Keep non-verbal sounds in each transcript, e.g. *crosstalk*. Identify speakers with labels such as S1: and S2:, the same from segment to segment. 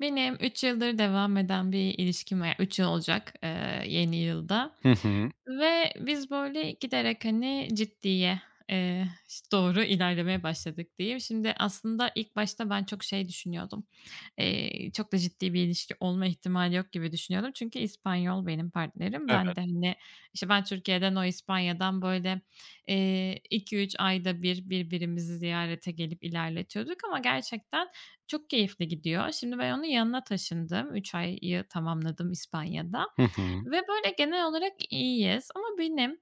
S1: Benim 3 yıldır devam eden bir ilişkim var. 3 yıl olacak, yeni yılda
S2: Hı hı.
S1: ve biz böyle giderek, hani, ciddiye, eee, doğru ilerlemeye başladık diyeyim. Şimdi aslında ilk başta ben çok şey düşünüyordum. Çok da ciddi bir ilişki olma ihtimali yok gibi düşünüyordum. Çünkü İspanyol benim partnerim. Ben
S2: Evet.
S1: de, hani, işte, ben Türkiye'den, o İspanya'dan, böyle, 2-3 ayda bir birbirimizi ziyarete gelip ilerletiyorduk ama gerçekten çok keyifli gidiyor. Şimdi ben onun yanına taşındım. 3 ayı tamamladım İspanya'da.
S2: Hı hı.
S1: Ve böyle genel olarak iyiyiz ama benim,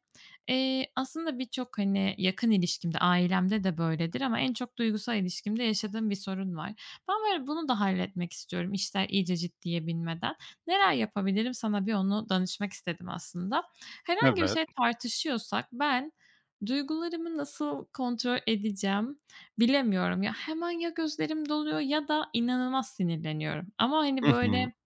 S1: aslında birçok, hani, yakın ilişkimde, ailemde de böyledir ama en çok duygusal ilişkimde yaşadığım bir sorun var. Ben böyle bunu da halletmek istiyorum işler iyice ciddiye binmeden. Neler yapabilirim? Sana bir onu danışmak istedim aslında. Herhangi bir
S2: Evet.
S1: şey tartışıyorsak ben duygularımı nasıl kontrol edeceğim bilemiyorum. Ya, hemen ya gözlerim doluyor ya da inanılmaz sinirleniyorum ama, hani,
S2: Hı hı.
S1: böyle.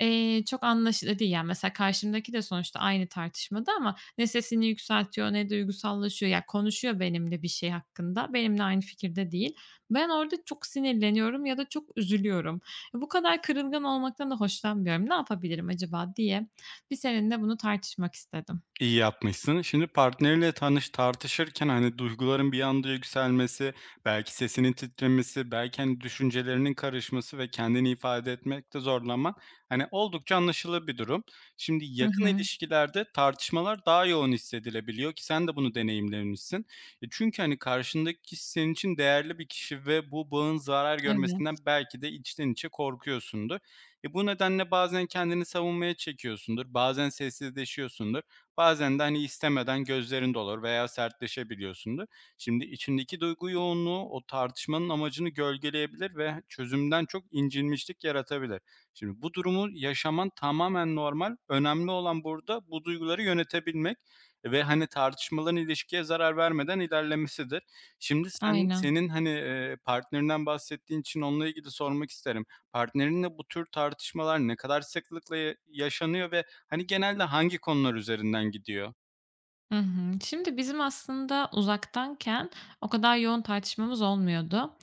S1: Çok anlaşılır değil. Yani, mesela karşımdaki de sonuçta aynı tartışmada ama ne sesini yükseltiyor ne duygusallaşıyor. Ya, konuşuyor benimle bir şey hakkında. Benimle aynı fikirde değil. Ben orada çok sinirleniyorum ya da çok üzülüyorum. Bu kadar kırılgan olmaktan da hoşlanmıyorum. Ne yapabilirim acaba diye bir seninle bunu tartışmak istedim.
S2: İyi yapmışsın. Şimdi partnerinle tartışırken, hani, duyguların bir anda yükselmesi, belki sesinin titremesi, belki, hani, düşüncelerinin karışması ve kendini ifade etmekte zorlanman, hani, oldukça anlaşılır bir durum. Şimdi
S1: Hı
S2: yakın
S1: hı.
S2: ilişkilerde tartışmalar daha yoğun hissedilebiliyor ki sen de bunu deneyimlemişsin. E, çünkü, hani, karşındaki kişi senin için değerli bir kişi ve bu bağın zarar
S1: Evet.
S2: görmesinden belki de içten içe korkuyorsundur. E, bu nedenle bazen kendini savunmaya çekiyorsundur, bazen sessizleşiyorsundur. Bazen de, hani, istemeden gözlerin dolar veya sertleşebiliyorsundur. Şimdi içindeki duygu yoğunluğu o tartışmanın amacını gölgeleyebilir ve çözümden çok incinmişlik yaratabilir. Şimdi bu durumu yaşaman tamamen normal. Önemli olan burada bu duyguları yönetebilmek ve, hani, tartışmaların ilişkiye zarar vermeden ilerlemesidir. Şimdi sen
S1: Aynen.
S2: senin, hani, partnerinden bahsettiğin için onunla ilgili sormak isterim. Partnerinle bu tür tartışmalar ne kadar sıklıkla yaşanıyor ve hani, genelde hangi konular üzerinden gidiyor?
S1: Hı hı. Şimdi bizim aslında uzaktanken o kadar yoğun tartışmamız olmuyordu.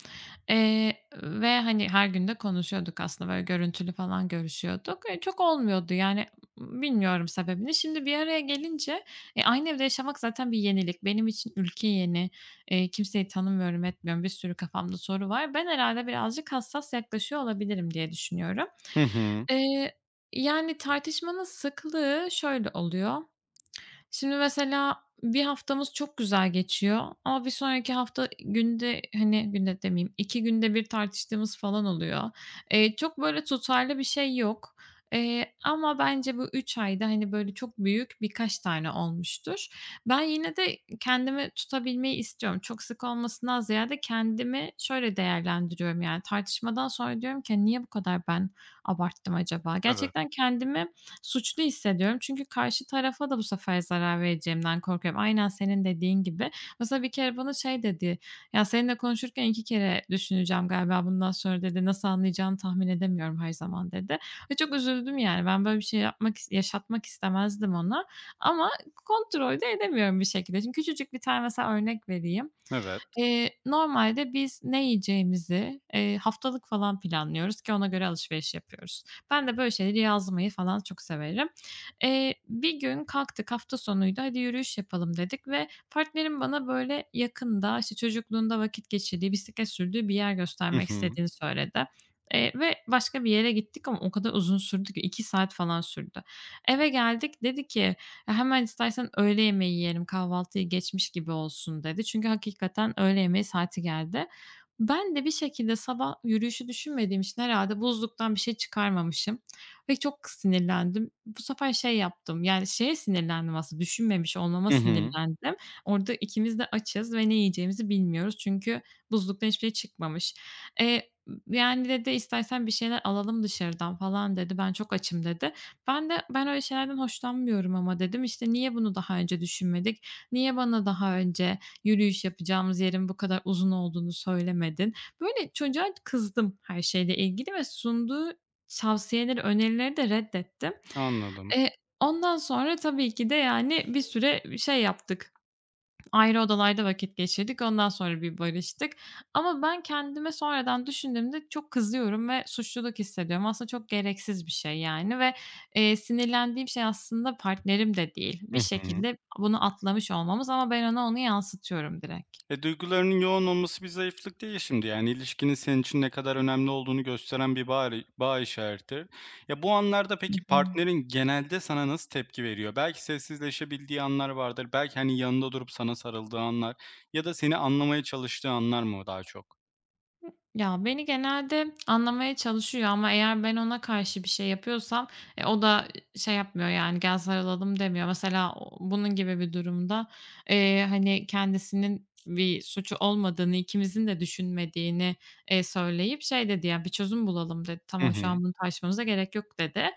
S1: Ve, hani, her gün de konuşuyorduk aslında, böyle, görüntülü falan görüşüyorduk. Çok olmuyordu, yani, bilmiyorum sebebini. Şimdi bir araya gelince, aynı evde yaşamak zaten bir yenilik. Benim için ülke yeni. Kimseyi tanımıyorum, etmiyorum. Bir sürü kafamda soru var. Ben herhâlde birazcık hassas yaklaşıyor olabilirim diye düşünüyorum.
S2: Hı hı.
S1: Eee, yani, tartışmanın sıklığı şöyle oluyor. Şimdi mesela bir haftamız çok güzel geçiyor ama bir sonraki hafta günde, hani, günde demeyeyim, 2 günde bir tartıştığımız falan oluyor. Çok böyle tutarlı bir şey yok, ama bence bu 3 ayda, hani, böyle çok büyük birkaç tane olmuştur. Ben yine de kendimi tutabilmeyi istiyorum. Çok sık olmasından ziyade kendimi şöyle değerlendiriyorum, yani, tartışmadan sonra diyorum ki, "Niye bu kadar ben abarttım acaba?"
S2: Evet,
S1: Gerçekten kendimi suçlu hissediyorum. Çünkü karşı tarafa da bu sefer zarar vereceğimden korkuyorum. Aynen senin dediğin gibi. Mesela bir kere bana şey dedi, "Ya, seninle konuşurken 2 kere düşüneceğim galiba bundan sonra." dedi. "Nasıl anlayacağını tahmin edemiyorum her zaman." dedi ve çok üzüldüm yani. Ben böyle bir şey yapmak yaşatmak istemezdim ona ama kontrol de edemiyorum bir şekilde. Şimdi küçücük bir tane mesela örnek vereyim.
S2: evet.
S1: Normalde biz ne yiyeceğimizi, haftalık falan planlıyoruz ki ona göre alışveriş yapıyoruz. Ben de böyle şeyleri yazmayı falan çok severim. Bir gün kalktık, hafta sonuydu, "Hadi yürüyüş yapalım." dedik ve partnerim bana böyle yakında, işte, çocukluğunda vakit geçirdiği, bisiklet sürdüğü bir yer
S2: Hı
S1: göstermek
S2: hı.
S1: istediğini söyledi. Ve başka bir yere gittik ama o kadar uzun sürdü ki 2 saat falan sürdü. Eve geldik, dedi ki, "Hemen istersen öğle yemeği yiyelim, kahvaltıyı geçmiş gibi olsun." dedi. Çünkü hakikaten öğle yemeği saati geldi. Ben de bir şekilde sabah yürüyüşü düşünmediğim için herhalde buzluktan bir şey çıkarmamışım ve çok sinirlendim. Bu sefer şey yaptım, yani, şeye sinirlendim aslında, düşünmemiş olmama
S2: Hı hı.
S1: sinirlendim. Orada ikimiz de açız ve ne yiyeceğimizi bilmiyoruz çünkü buzluktan hiçbir şey çıkmamış. Eee, yani, dedi, "İstersen bir şeyler alalım dışarıdan." falan dedi. "Ben çok açım." dedi. Ben de "Ben öyle şeylerden hoşlanmıyorum ama." dedim. İşte "Niye bunu daha önce düşünmedik? Niye bana daha önce yürüyüş yapacağımız yerin bu kadar uzun olduğunu söylemedin?" Böyle çocuğa kızdım her şeyle ilgili ve sunduğu tavsiyeleri, önerileri de reddettim.
S2: Anladım.
S1: Eee, ondan sonra tabii ki de, yani, bir süre şey yaptık. Ayrı odalarda vakit geçirdik. Ondan sonra bir barıştık. Ama ben kendime sonradan düşündüğümde çok kızıyorum ve suçluluk hissediyorum. Aslında çok gereksiz bir şey yani ve, sinirlendiğim şey aslında partnerim de değil. Bir
S2: Hı hı.
S1: şekilde bunu atlamış olmamız ama ben ona onu yansıtıyorum direkt.
S2: E, duygularının yoğun olması bir zayıflık değil şimdi, yani, ilişkinin senin için ne kadar önemli olduğunu gösteren bir bağ işareti. Ya, bu anlarda
S1: Hı
S2: peki
S1: hı.
S2: partnerin genelde sana nasıl tepki veriyor? Belki sessizleşebildiği anlar vardır, belki, hani, yanında durup sana sarıldığı anlar ya da seni anlamaya çalıştığı anlar mı daha çok?
S1: Ya, beni genelde anlamaya çalışıyor ama eğer ben ona karşı bir şey yapıyorsam, o da şey yapmıyor, yani, "Gel sarılalım." demiyor. Mesela o bunun gibi bir durumda, hani, kendisinin bir suçu olmadığını, ikimizin de düşünmediğini, söyleyip şey dedi, "Ya, bir çözüm bulalım." dedi.
S2: Hı
S1: "Tamam, şu
S2: hı.
S1: an bunu tartışmamıza gerek yok." dedi.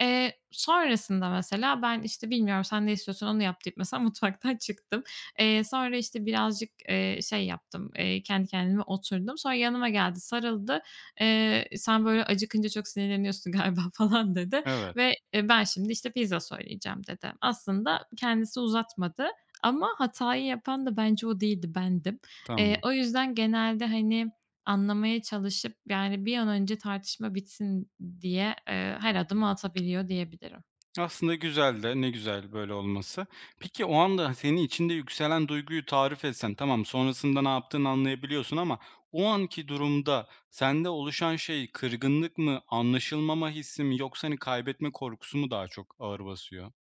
S1: Sonrasında mesela ben, işte, "Bilmiyorum, sen ne istiyorsun onu yap." deyip mesela *laughs* mutfaktan çıktım. Sonra, işte, birazcık, şey yaptım, kendi kendime oturdum. Sonra yanıma geldi, sarıldı. "Sen böyle acıkınca çok sinirleniyorsun *laughs* galiba." falan dedi
S2: Evet,
S1: ve, "Ben şimdi, işte, pizza söyleyeceğim." dedi. Aslında kendisi uzatmadı ama hatayı yapan da bence o değildi, bendim. Eee,
S2: tamam.
S1: o yüzden genelde, hani, anlamaya çalışıp, yani, bir an önce tartışma bitsin diye, her adımı atabiliyor diyebilirim.
S2: Aslında güzel de, ne güzel böyle olması. Peki o anda, hani, senin içinde yükselen duyguyu tarif etsen, tamam, sonrasında ne yaptığını anlayabiliyorsun ama o anki durumda sende oluşan şey kırgınlık mı, anlaşılmama hissi mi, yoksa hani kaybetme korkusu mu daha çok ağır basıyor?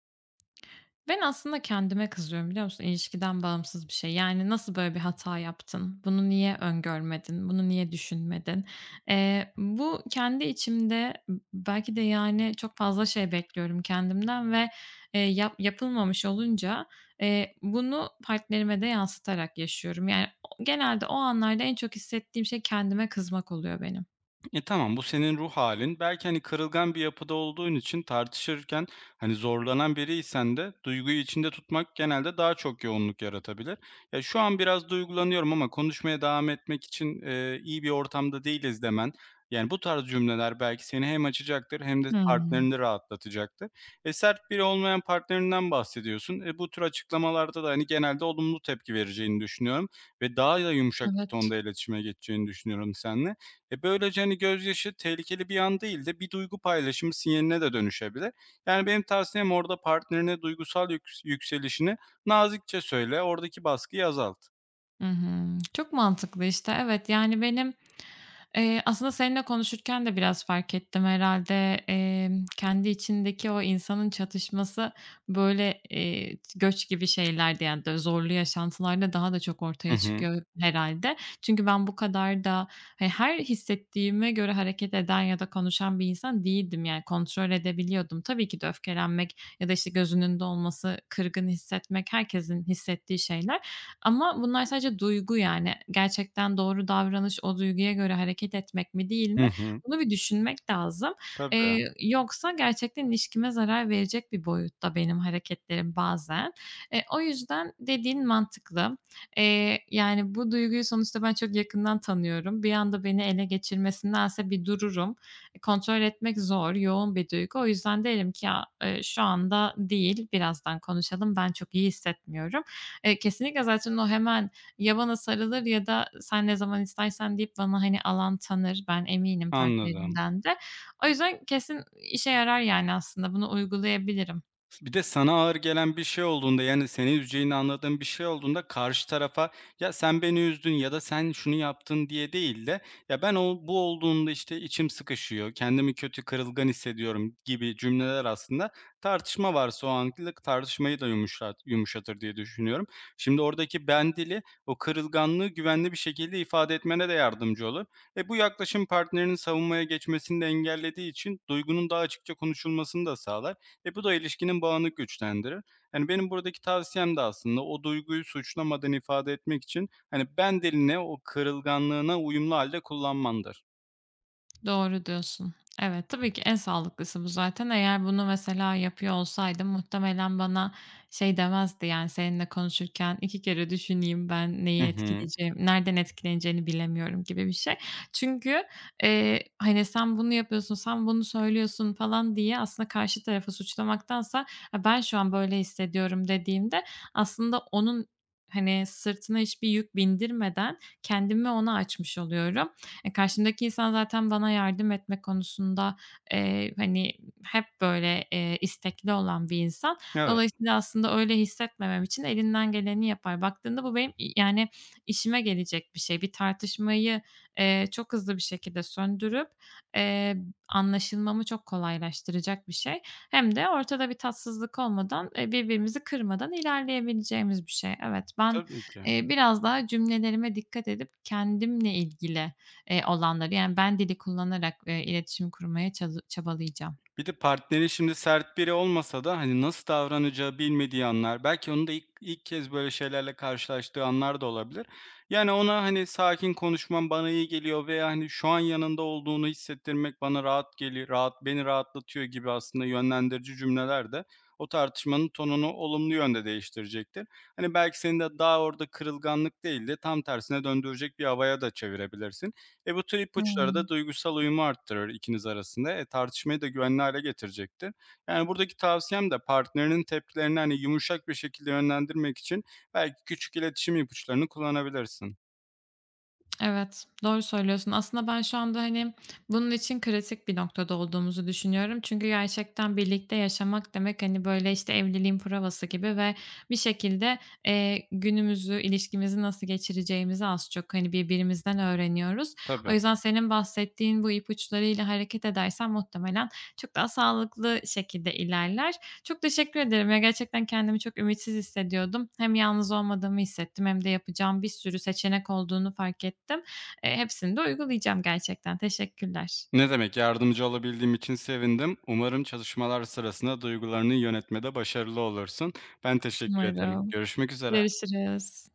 S1: Ben aslında kendime kızıyorum, biliyor musun? İlişkiden bağımsız bir şey. Yani, "Nasıl böyle bir hata yaptın? Bunu niye öngörmedin? Bunu niye düşünmedin?" Bu kendi içimde belki de, yani, çok fazla şey bekliyorum kendimden ve, yapılmamış olunca, bunu partnerime de yansıtarak yaşıyorum. Yani, o genelde o anlarda en çok hissettiğim şey kendime kızmak oluyor benim.
S2: E, tamam, bu senin ruh halin. Belki, hani, kırılgan bir yapıda olduğun için tartışırken, hani, zorlanan biriysen de duyguyu içinde tutmak genelde daha çok yoğunluk yaratabilir. Ya, şu an biraz duygulanıyorum ama konuşmaya devam etmek için, iyi bir ortamda değiliz demen, yani, bu tarz cümleler belki seni hem açacaktır hem de
S1: Hımm.
S2: partnerini rahatlatacaktır. E, sert biri olmayan partnerinden bahsediyorsun. E, bu tür açıklamalarda da, hani, genelde olumlu tepki vereceğini düşünüyorum ve daha da yumuşak bir
S1: Evet.
S2: tonda iletişime geçeceğini düşünüyorum seninle. E, böylece, hani, gözyaşı tehlikeli bir an değil de bir duygu paylaşımı sinyaline de dönüşebilir. Yani, benim tavsiyem orada partnerine duygusal yükselişini nazikçe söyle, oradaki baskıyı azalt.
S1: Hı hı. Çok mantıklı işte. Evet, yani benim, aslında seninle konuşurken de biraz fark ettim herhalde. Kendi içindeki o insanın çatışması böyle, göç gibi şeylerde, yani, zorlu yaşantılarda daha da çok
S2: Hı
S1: ortaya
S2: hı.
S1: çıkıyor herhalde. Çünkü ben bu kadar da he her hissettiğime göre hareket eden ya da konuşan bir insan değildim. Yani kontrol edebiliyordum. Tabii ki de öfkelenmek ya da işte gözünün önünde olması, kırgın hissetmek herkesin hissettiği şeyler ama bunlar sadece duygu yani. Gerçekten doğru davranış o duyguya göre hareket etmek mi değil
S2: Hı
S1: mi?
S2: hı.
S1: Bunu bir düşünmek lazım. Eee,
S2: Tabii,
S1: yoksa gerçekten ilişkime zarar verecek bir boyutta benim hareketlerim bazen. O yüzden dediğin mantıklı. Yani bu duyguyu sonuçta ben çok yakından tanıyorum. Bir anda beni ele geçirmesindense bir dururum. Kontrol etmek zor, yoğun bir duygu. O yüzden derim ki ya, şu anda değil, birazdan konuşalım. Ben çok iyi hissetmiyorum. Kesinlikle zaten o hemen ya bana sarılır ya da sen ne zaman istersen deyip bana, hani, alan tanır. Ben eminim
S2: anladım.
S1: partnerimden de. O yüzden kesin işe yarar yani aslında. Bunu uygulayabilirim.
S2: Bir de sana ağır gelen bir şey olduğunda, yani, seni üzeceğini anladığın bir şey olduğunda karşı tarafa, "Ya, sen beni üzdün." ya da "Sen şunu yaptın." diye değil de, "Ya, ben o bu olduğunda, işte, içim sıkışıyor, kendimi kötü, kırılgan hissediyorum." gibi cümleler aslında tartışma varsa o anlık tartışmayı da yumuşatır diye düşünüyorum. Şimdi oradaki "ben" dili o kırılganlığı güvenli bir şekilde ifade etmene de yardımcı olur. E, bu yaklaşım partnerinin savunmaya geçmesini de engellediği için duygunun daha açıkça konuşulmasını da sağlar. E, bu da ilişkinin bağını güçlendirir. Yani benim buradaki tavsiyem de aslında o duyguyu suçlamadan ifade etmek için, hani, ben diline o kırılganlığına uyumlu halde kullanmandır.
S1: Doğru diyorsun. Evet, tabii ki en sağlıklısı bu zaten. Eğer bunu mesela yapıyor olsaydım muhtemelen bana şey demezdi, yani, seninle konuşurken iki kere düşüneyim, ben
S2: Hı
S1: neyi
S2: hı.
S1: etkileyeceğim, nereden etkileneceğini bilemiyorum gibi bir şey. Çünkü, hani, sen bunu yapıyorsun, sen bunu söylüyorsun falan diye aslında karşı tarafı suçlamaktansa, "Ya, ben şu an böyle hissediyorum." dediğimde aslında onun, hani, sırtına hiçbir yük bindirmeden kendimi ona açmış oluyorum. Karşımdaki insan zaten bana yardım etme konusunda, hani, hep böyle, istekli olan bir insan.
S2: Evet,
S1: Dolayısıyla aslında öyle hissetmemem için elinden geleni yapar. Baktığında bu benim, yani, işime gelecek bir şey. Bir tartışmayı, çok hızlı bir şekilde söndürüp, eee, anlaşılmamı çok kolaylaştıracak bir şey. Hem de ortada bir tatsızlık olmadan, birbirimizi kırmadan ilerleyebileceğimiz bir şey. Evet, ben,
S2: tabii ki.
S1: biraz daha cümlelerime dikkat edip kendimle ilgili, olanları. Yani ben dili kullanarak, iletişim kurmaya çabalayacağım.
S2: Bir de partneri şimdi sert biri olmasa da, hani, nasıl davranacağı bilmediği anlar, belki onun da ilk kez böyle şeylerle karşılaştığı anlar da olabilir. Yani, ona, hani, sakin konuşman bana iyi geliyor veya, hani, şu an yanında olduğunu hissettirmek bana rahat, beni rahatlatıyor gibi aslında yönlendirici cümleler de o tartışmanın tonunu olumlu yönde değiştirecektir. Hani, belki seni de daha orada kırılganlık değil de tam tersine döndürecek bir havaya da çevirebilirsin. E, bu tür ipuçları da
S1: Hımm.
S2: duygusal uyumu arttırır ikiniz arasında. E, tartışmayı da güvenli hale getirecektir. Yani, buradaki tavsiyem de partnerinin tepkilerini, hani, yumuşak bir şekilde yönlendirmek için belki küçük iletişim ipuçlarını kullanabilirsin.
S1: Evet, doğru söylüyorsun. Aslında ben şu anda, hani, bunun için kritik bir noktada olduğumuzu düşünüyorum. Çünkü gerçekten birlikte yaşamak demek, hani, böyle, işte, evliliğin provası gibi ve bir şekilde, günümüzü, ilişkimizi nasıl geçireceğimizi az çok, hani, birbirimizden öğreniyoruz. O
S2: Tabii.
S1: yüzden senin bahsettiğin bu ipuçlarıyla hareket edersem muhtemelen çok daha sağlıklı şekilde ilerler. Çok teşekkür ederim. Ya, gerçekten kendimi çok ümitsiz hissediyordum. Hem yalnız olmadığımı hissettim hem de yapacağım bir sürü seçenek olduğunu fark ettim. Hepsini de uygulayacağım gerçekten. Teşekkürler.
S2: Ne demek, yardımcı olabildiğim için sevindim. Umarım çalışmalar sırasında duygularını yönetmede başarılı olursun. Ben teşekkür ederim.
S1: Umarım.
S2: Görüşmek üzere.
S1: Görüşürüz.